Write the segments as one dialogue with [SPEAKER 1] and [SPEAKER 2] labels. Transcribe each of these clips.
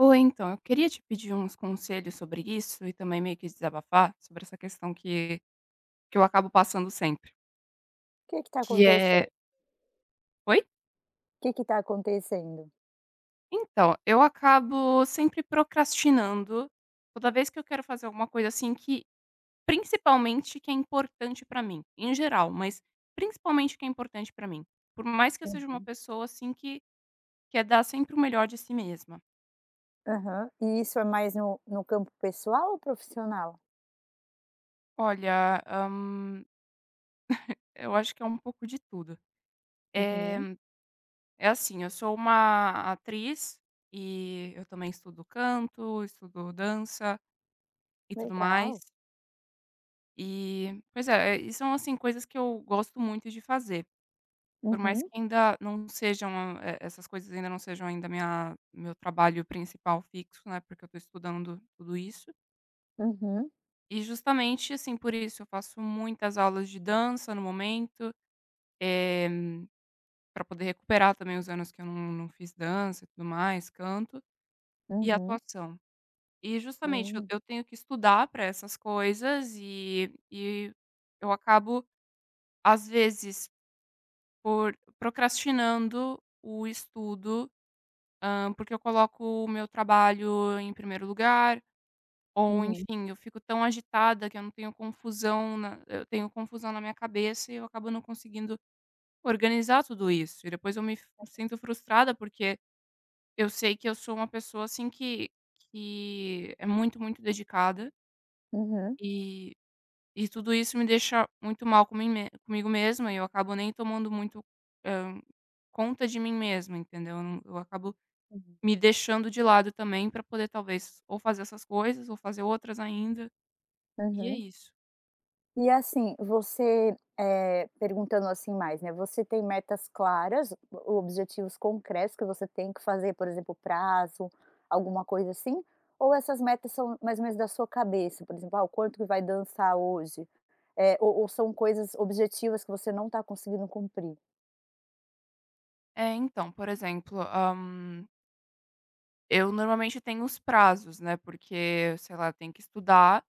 [SPEAKER 1] Oi, então, eu queria te pedir uns conselhos sobre isso e também meio que desabafar sobre essa questão que eu acabo passando sempre,
[SPEAKER 2] Que tá
[SPEAKER 1] que é.
[SPEAKER 2] acontecendo?
[SPEAKER 1] Oi?
[SPEAKER 2] Que tá acontecendo?
[SPEAKER 1] Então, eu acabo sempre procrastinando toda vez que eu quero fazer alguma coisa, assim, que principalmente que é importante pra mim, em geral, mas principalmente que é importante pra mim. Por mais que eu seja uma
[SPEAKER 2] Uhum.
[SPEAKER 1] pessoa, assim, que quer dar sempre o melhor de si mesma.
[SPEAKER 2] Aham. E isso é mais no campo pessoal ou profissional?
[SPEAKER 1] Olha, eu acho que é um pouco de tudo. Eh
[SPEAKER 2] Uhum.
[SPEAKER 1] É assim, eu sou uma atriz e eu também estudo canto, estudo dança e tudo mais.
[SPEAKER 2] Legal.
[SPEAKER 1] E, pois é, e são assim coisas que eu gosto muito de fazer. Por mais que
[SPEAKER 2] Uhum.
[SPEAKER 1] ainda não sejam, essas coisas ainda não sejam ainda minha meu trabalho principal fixo, né, porque eu tô estudando tudo isso.
[SPEAKER 2] Uhum.
[SPEAKER 1] E justamente, assim, por isso eu faço muitas aulas de dança no momento, para poder recuperar também os anos que eu não fiz dança e tudo mais, canto e
[SPEAKER 2] Uhum.
[SPEAKER 1] atuação. E justamente eu
[SPEAKER 2] Hum.
[SPEAKER 1] eu tenho que estudar para essas coisas e eu acabo, às vezes, por procrastinando o estudo, porque eu coloco o meu trabalho em primeiro lugar, ou
[SPEAKER 2] Uhum.
[SPEAKER 1] enfim, eu fico tão agitada que eu não tenho confusão na eu tenho confusão na minha cabeça e eu acabo não conseguindo organizar tudo isso. E depois eu me f sinto frustrada, porque eu sei que eu sou uma pessoa, assim, que é muito, muito dedicada
[SPEAKER 2] Uhum.
[SPEAKER 1] e E tudo isso me deixa muito mal comigo mesma e eu acabo nem tomando muito, hã, conta de mim mesma, entendeu? Eu não Eu acabo
[SPEAKER 2] Uhum.
[SPEAKER 1] me deixando de lado também para poder talvez ou fazer essas coisas ou fazer outras ainda, e é
[SPEAKER 2] Uhum.
[SPEAKER 1] isso.
[SPEAKER 2] E assim, você, perguntando assim mais, né, você tem metas claras, o objetivos concretos que você tem que fazer, por exemplo, prazo, alguma coisa assim? Ou essas metas são mais ou menos da sua cabeça, por exemplo, ah, o quanto que vai dançar hoje? Ou são coisas objetivas que você não está conseguindo cumprir?
[SPEAKER 1] É, então, por exemplo, eu normalmente tenho os prazos, né, porque, sei lá, eu tenho que estudar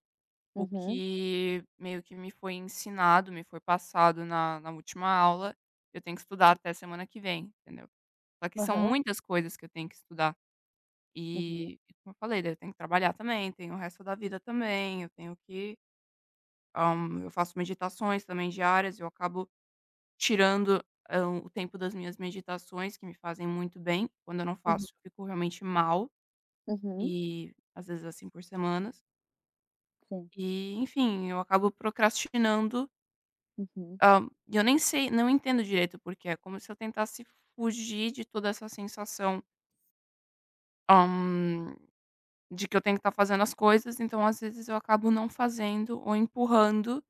[SPEAKER 1] o
[SPEAKER 2] Uhum,
[SPEAKER 1] que meio que me foi ensinado, me foi passado na última aula, eu tenho que estudar
[SPEAKER 2] sim.
[SPEAKER 1] até semana que vem, entendeu? Só que são
[SPEAKER 2] Aham.
[SPEAKER 1] muitas coisas que eu tenho que estudar.
[SPEAKER 2] Uhum,
[SPEAKER 1] E, como eu falei, daí eu tenho que trabalhar também, tenho o resto da vida também, eu tenho que hã, eu faço meditações também diárias, eu acabo tirando, o tempo das minhas meditações, que me fazem muito bem. Quando eu não
[SPEAKER 2] uhum,
[SPEAKER 1] faço, eu fico realmente mal,
[SPEAKER 2] uhum,
[SPEAKER 1] e às vezes assim por semanas.
[SPEAKER 2] sim.
[SPEAKER 1] E, enfim, eu acabo procrastinando,
[SPEAKER 2] Uhum,
[SPEAKER 1] e eu nem sei não entendo direito porque é como se eu tentasse fugir de toda essa sensação, hum, de que eu tenho que estar fazendo as coisas, então às vezes eu acabo não fazendo ou empurrando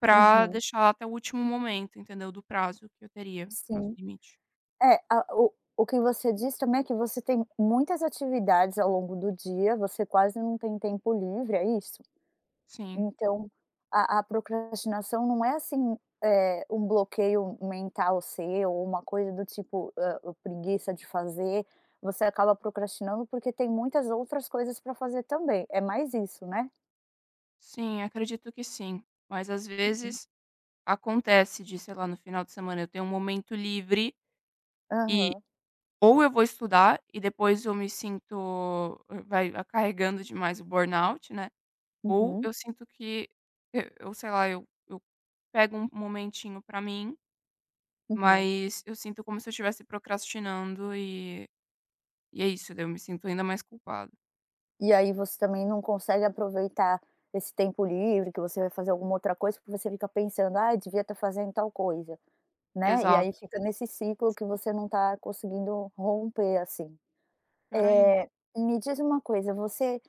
[SPEAKER 1] pra
[SPEAKER 2] uhum,
[SPEAKER 1] deixar até o último momento, entendeu, do prazo que eu teria, prazo
[SPEAKER 2] sim.
[SPEAKER 1] limite.
[SPEAKER 2] É, a o que você diz também é que você tem muitas atividades ao longo do dia, você quase não tem tempo livre, é isso?
[SPEAKER 1] Sim,
[SPEAKER 2] Então, a procrastinação não é assim, um bloqueio mental seu ou uma coisa do tipo, preguiça de fazer, você acaba procrastinando porque tem muitas outras coisas para fazer também, é mais isso, né?
[SPEAKER 1] sim, acredito que sim. Mas às
[SPEAKER 2] Uhum.
[SPEAKER 1] vezes acontece de, sei lá, no final de semana eu tenho um momento livre e
[SPEAKER 2] Aham.
[SPEAKER 1] ou eu vou estudar e depois eu me sinto carregando demais o burnout, né, ou
[SPEAKER 2] Uhum,
[SPEAKER 1] eu sinto que eu sei lá, eu pego um momentinho pra mim.
[SPEAKER 2] uhum.
[SPEAKER 1] Mas eu sinto como se eu estivesse procrastinando e é isso, daí eu me sinto ainda mais culpada.
[SPEAKER 2] E aí você também não consegue aproveitar esse tempo livre que você vai fazer alguma outra coisa, porque você fica pensando: "Ah, devia estar fazendo tal coisa", né, e
[SPEAKER 1] Exato,
[SPEAKER 2] aí fica nesse ciclo que você não está conseguindo romper, assim.
[SPEAKER 1] pior ainda.
[SPEAKER 2] Eh, Me diz uma coisa, você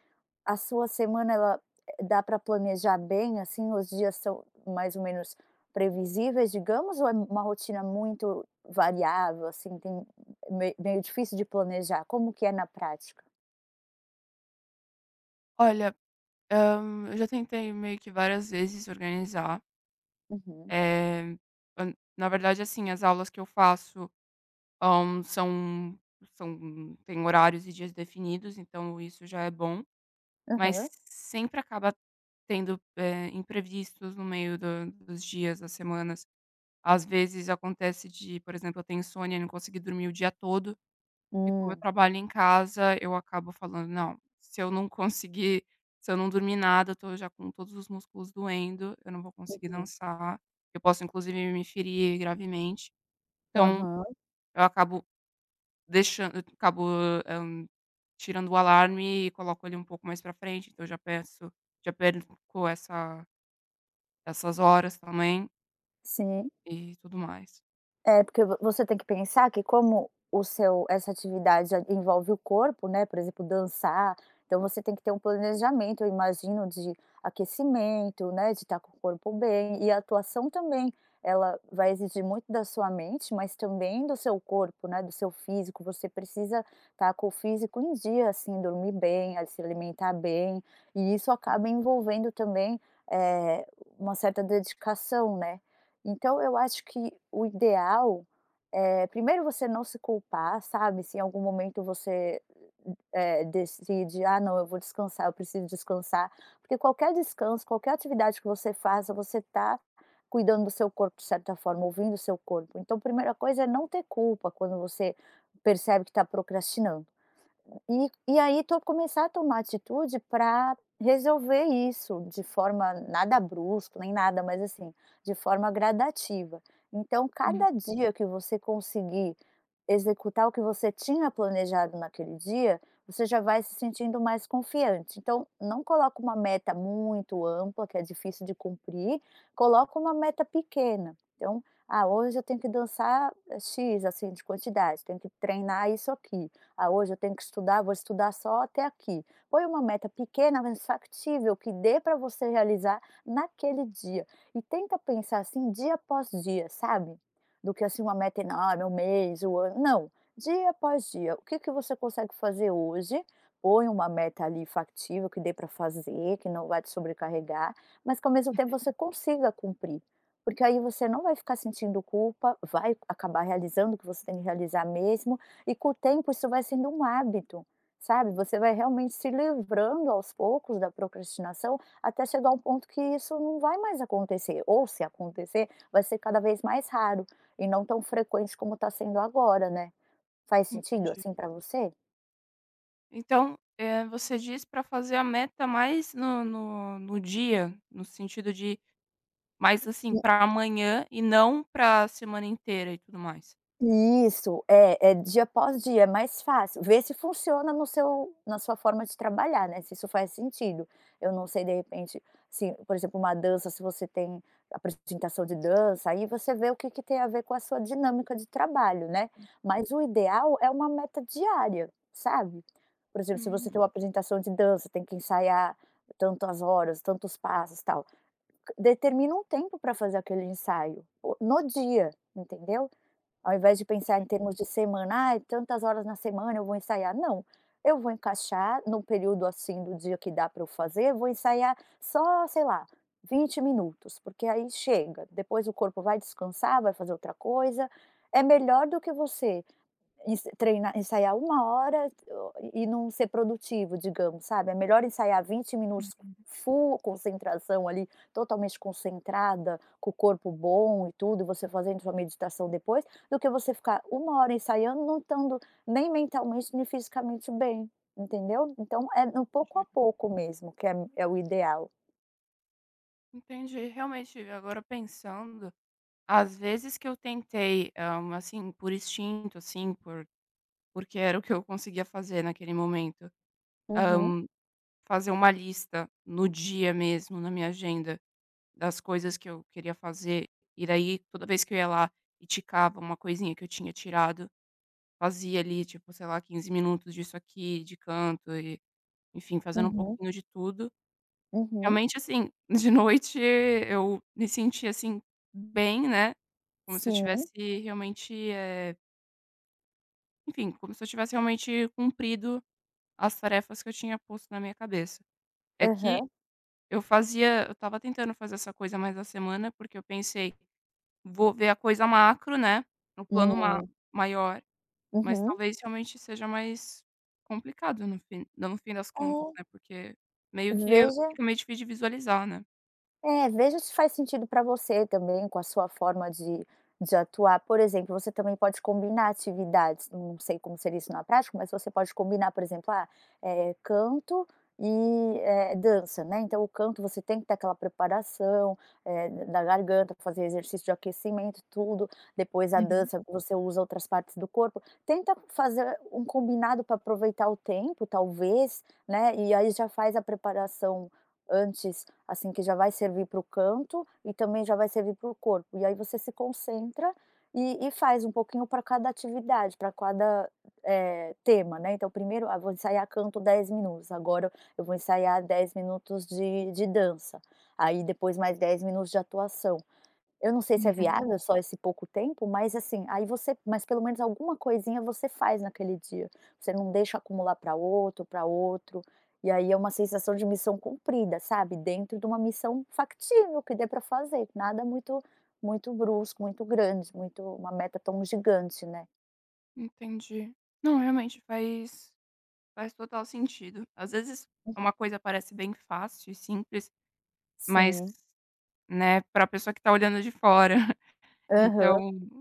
[SPEAKER 2] a sua semana ela dá para planejar bem, assim, os dias são mais ou menos previsíveis, digamos, ou é uma rotina muito variável, assim, tem me meio difícil de planejar? Como que é na prática?
[SPEAKER 1] Olha, eu já tentei meio que várias vezes organizar,
[SPEAKER 2] Uhum.
[SPEAKER 1] é na verdade, assim, as aulas que eu faço, hã, são são tem horários e dias definidos, então isso já é bom, mas
[SPEAKER 2] Aham.
[SPEAKER 1] sempre acaba tendo, imprevistos no meio do dos dias, das semanas. Às vezes acontece de, por exemplo, eu tenho insônia e não conseguir dormir o dia todo. E como eu
[SPEAKER 2] Hum.
[SPEAKER 1] trabalho em casa, eu acabo falando: "Não, se eu não dormir nada, eu estou já com todos os músculos doendo, eu não vou conseguir
[SPEAKER 2] Uhum.
[SPEAKER 1] dançar, eu posso inclusive me ferir gravemente". Então,
[SPEAKER 2] Aham,
[SPEAKER 1] eu acabo deixando eu acabo, hã, tirando o alarme e coloco ele um pouco mais pra frente, então eu já perco essa essas horas também
[SPEAKER 2] sim.
[SPEAKER 1] e tudo mais.
[SPEAKER 2] É, porque vo você tem que pensar que como o seu essa atividade já envolve o corpo, né, por exemplo, dançar, então você tem que ter um planejamento, eu imagino, de aquecimento, né, de estar com o corpo bem, e a atuação também, ela vai exigir muito da sua mente, mas também do seu corpo, né, do seu físico, você precisa estar com o físico em dia, assim, dormir bem, a se alimentar bem, e isso acaba envolvendo também, eh, uma certa dedicação, né. Então eu acho que o ideal é primeiro você não se culpar, sabe, se em algum momento você, decide: "Ah não, eu vou descansar, eu preciso descansar", porque qualquer descanso, qualquer atividade que você faça, você está cuidando do seu corpo de certa forma, ouvindo o seu corpo. Então, primeira coisa é não ter culpa quando você percebe que está procrastinando. E aí to começar a tomar atitude para resolver isso de forma nada brusco, nem nada, mas assim, de forma gradativa. Então
[SPEAKER 1] Hum.
[SPEAKER 2] cada dia que você conseguir executar o que você tinha planejado naquele dia, você já vai se sentindo mais confiante. Então não coloca uma meta muito ampla, que é difícil de cumprir, coloca uma meta pequena. Então: "Ah, hoje eu tenho que dançar, eh, X, assim, de quantidade, tenho que treinar isso aqui", ah, hoje eu tenho que estudar, vou estudar só até aqui. Põe uma meta pequena, mas factível, que dê para você realizar naquele dia. E tenta pensar assim, dia após dia, sabe? Do que assim uma meta enorme, um mês, um ano. Não, dia após dia. O que, que você consegue fazer hoje? Põe uma meta ali factível, que dê para fazer, que não vai te sobrecarregar, mas que ao mesmo tempo você consiga cumprir, porque aí você não vai ficar sentindo culpa, vai acabar realizando o que você tem que realizar mesmo, e com o tempo isso vai sendo um hábito, sabe, você vai realmente se livrando aos poucos da procrastinação, até chegar a um ponto que isso não vai mais acontecer, ou se acontecer, vai ser cada vez mais raro, e não tão frequente como está sendo agora, né. Faz sentido
[SPEAKER 1] Entendi.
[SPEAKER 2] assim para você?
[SPEAKER 1] Então, você diz para fazer a meta mais no dia, no sentido de mais, assim, para amanhã e não para semana inteira e tudo mais?
[SPEAKER 2] Isso, é dia após dia, é mais fácil. Vê se funciona no seu na sua forma de trabalhar, né, se isso faz sentido. Eu não sei, de repente, se, por exemplo, uma dança, se você tem apresentação de dança, aí você vê o que que tem a ver com a sua dinâmica de trabalho, né. Mas o ideal é uma meta diária, sabe. Por exemplo, se você
[SPEAKER 1] Hum,
[SPEAKER 2] tem uma apresentação de dança, tem que ensaiar tantas horas, tantos passos, tal. Determina um tempo para fazer aquele ensaio, o no dia, entendeu. Ao invés de pensar em
[SPEAKER 1] entendi,
[SPEAKER 2] termos de semana, "Ai, tantas horas na semana eu vou ensaiar", não, eu vou encaixar num período, assim, do dia que dá para eu fazer, vou ensaiar só, sei lá, 20 minutos, porque aí chega, depois o corpo vai descansar, vai fazer outra coisa, é melhor do que você ensaiar uma hora e não ser produtivo, digamos, sabe. É melhor ensaiar 20 minutos full concentração ali, totalmente concentrada, com o corpo bom e tudo, você fazendo sua meditação depois, do que você ficar uma hora ensaiando, não estando nem mentalmente, nem fisicamente bem, entendeu. Então é no pouco a
[SPEAKER 1] entendi.
[SPEAKER 2] pouco mesmo que é o ideal.
[SPEAKER 1] Entendi. Realmente, agora pensando, às vezes que eu tentei, assim, por instinto, assim, porque era o que eu conseguia fazer naquele momento,
[SPEAKER 2] Uhum,
[SPEAKER 1] fazer uma lista no dia mesmo, na minha agenda. Das coisas que eu queria fazer, e daí toda vez que eu ia lá e ticava uma coisinha que eu tinha tirado, fazia ali, tipo, sei lá, 15 minutos disso aqui, de canto e, enfim, fazendo um
[SPEAKER 2] uhum,
[SPEAKER 1] pouquinho de tudo.
[SPEAKER 2] uhum.
[SPEAKER 1] Realmente, assim, de noite eu me sentia, assim, bem, né, como se eu
[SPEAKER 2] Sim.
[SPEAKER 1] tivesse realmente, eh, como se eu tivesse realmente cumprido as tarefas que eu tinha posto na minha cabeça. É que
[SPEAKER 2] Aham.
[SPEAKER 1] eu estava tentando fazer essa coisa mais na semana, porque eu pensei: "Vou ver a coisa macro", né, no plano ma
[SPEAKER 2] Hum.
[SPEAKER 1] maior, mas
[SPEAKER 2] Uhum.
[SPEAKER 1] talvez realmente seja mais complicado no fim das
[SPEAKER 2] É,
[SPEAKER 1] contas, né, porque meio que
[SPEAKER 2] veja
[SPEAKER 1] fica meio difícil de visualizar, né.
[SPEAKER 2] É, veja se faz sentido para você também, com a sua forma de atuar. Por exemplo, você também pode combinar atividades, não sei como seria isso na prática, mas você pode combinar, por exemplo, ah, canto e dança, né. Então o canto você tem que ter aquela preparação, da garganta, fazer exercício de aquecimento, tudo. Depois a
[SPEAKER 1] Uhum,
[SPEAKER 2] dança você usa outras partes do corpo. Tenta fazer um combinado para aproveitar o tempo, talvez, né, e aí já faz a preparação antes, assim, que já vai servir para o canto e também já vai servir para o corpo. E aí você se concentra e faz um pouquinho para cada atividade, para cada, tema, né. Então primeiro, ah, vou ensaiar canto 10 minutos, agora eu vou ensaiar 10 minutos de dança, aí depois mais 10 minutos de atuação. Eu não sei se é
[SPEAKER 1] uhum.
[SPEAKER 2] viável só esse pouco tempo, mas assim, aí você mas pelo menos alguma coisinha você faz naquele dia. Você não deixa acumular para outro, e aí é uma sensação de missão cumprida, sabe, dentro de uma missão factível que dê para fazer, nada muito muito brusco, muito grande, muito uma meta tão gigante, né.
[SPEAKER 1] Entendi. Não, realmente faz total sentido. Às vezes uma coisa parece bem fácil e simples, mas,
[SPEAKER 2] Sim.
[SPEAKER 1] né, pra pessoa que tá olhando de fora.
[SPEAKER 2] Aham.
[SPEAKER 1] Então,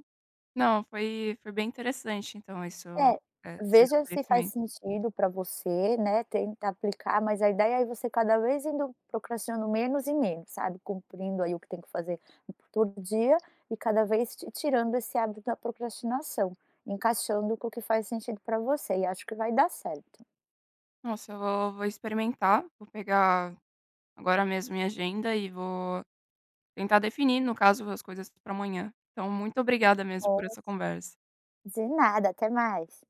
[SPEAKER 1] não, foi bem interessante então isso,
[SPEAKER 2] É,
[SPEAKER 1] esse
[SPEAKER 2] veja se faz
[SPEAKER 1] esclarecimento.
[SPEAKER 2] sentido para você, né, tenta aplicar, mas a ideia é você cada vez indo procrastinando menos e menos, sabe, cumprindo aí o que tem que fazer todo dia e cada vez ti tirando esse hábito da procrastinação, encaixando com o que faz sentido para você e acho que vai dar certo.
[SPEAKER 1] Nossa, eu vou experimentar, vou pegar agora mesmo minha agenda e vou tentar definir, no caso, as coisas para amanhã. Então, muito obrigada mesmo por
[SPEAKER 2] Oh,
[SPEAKER 1] essa conversa.
[SPEAKER 2] de nada, até mais.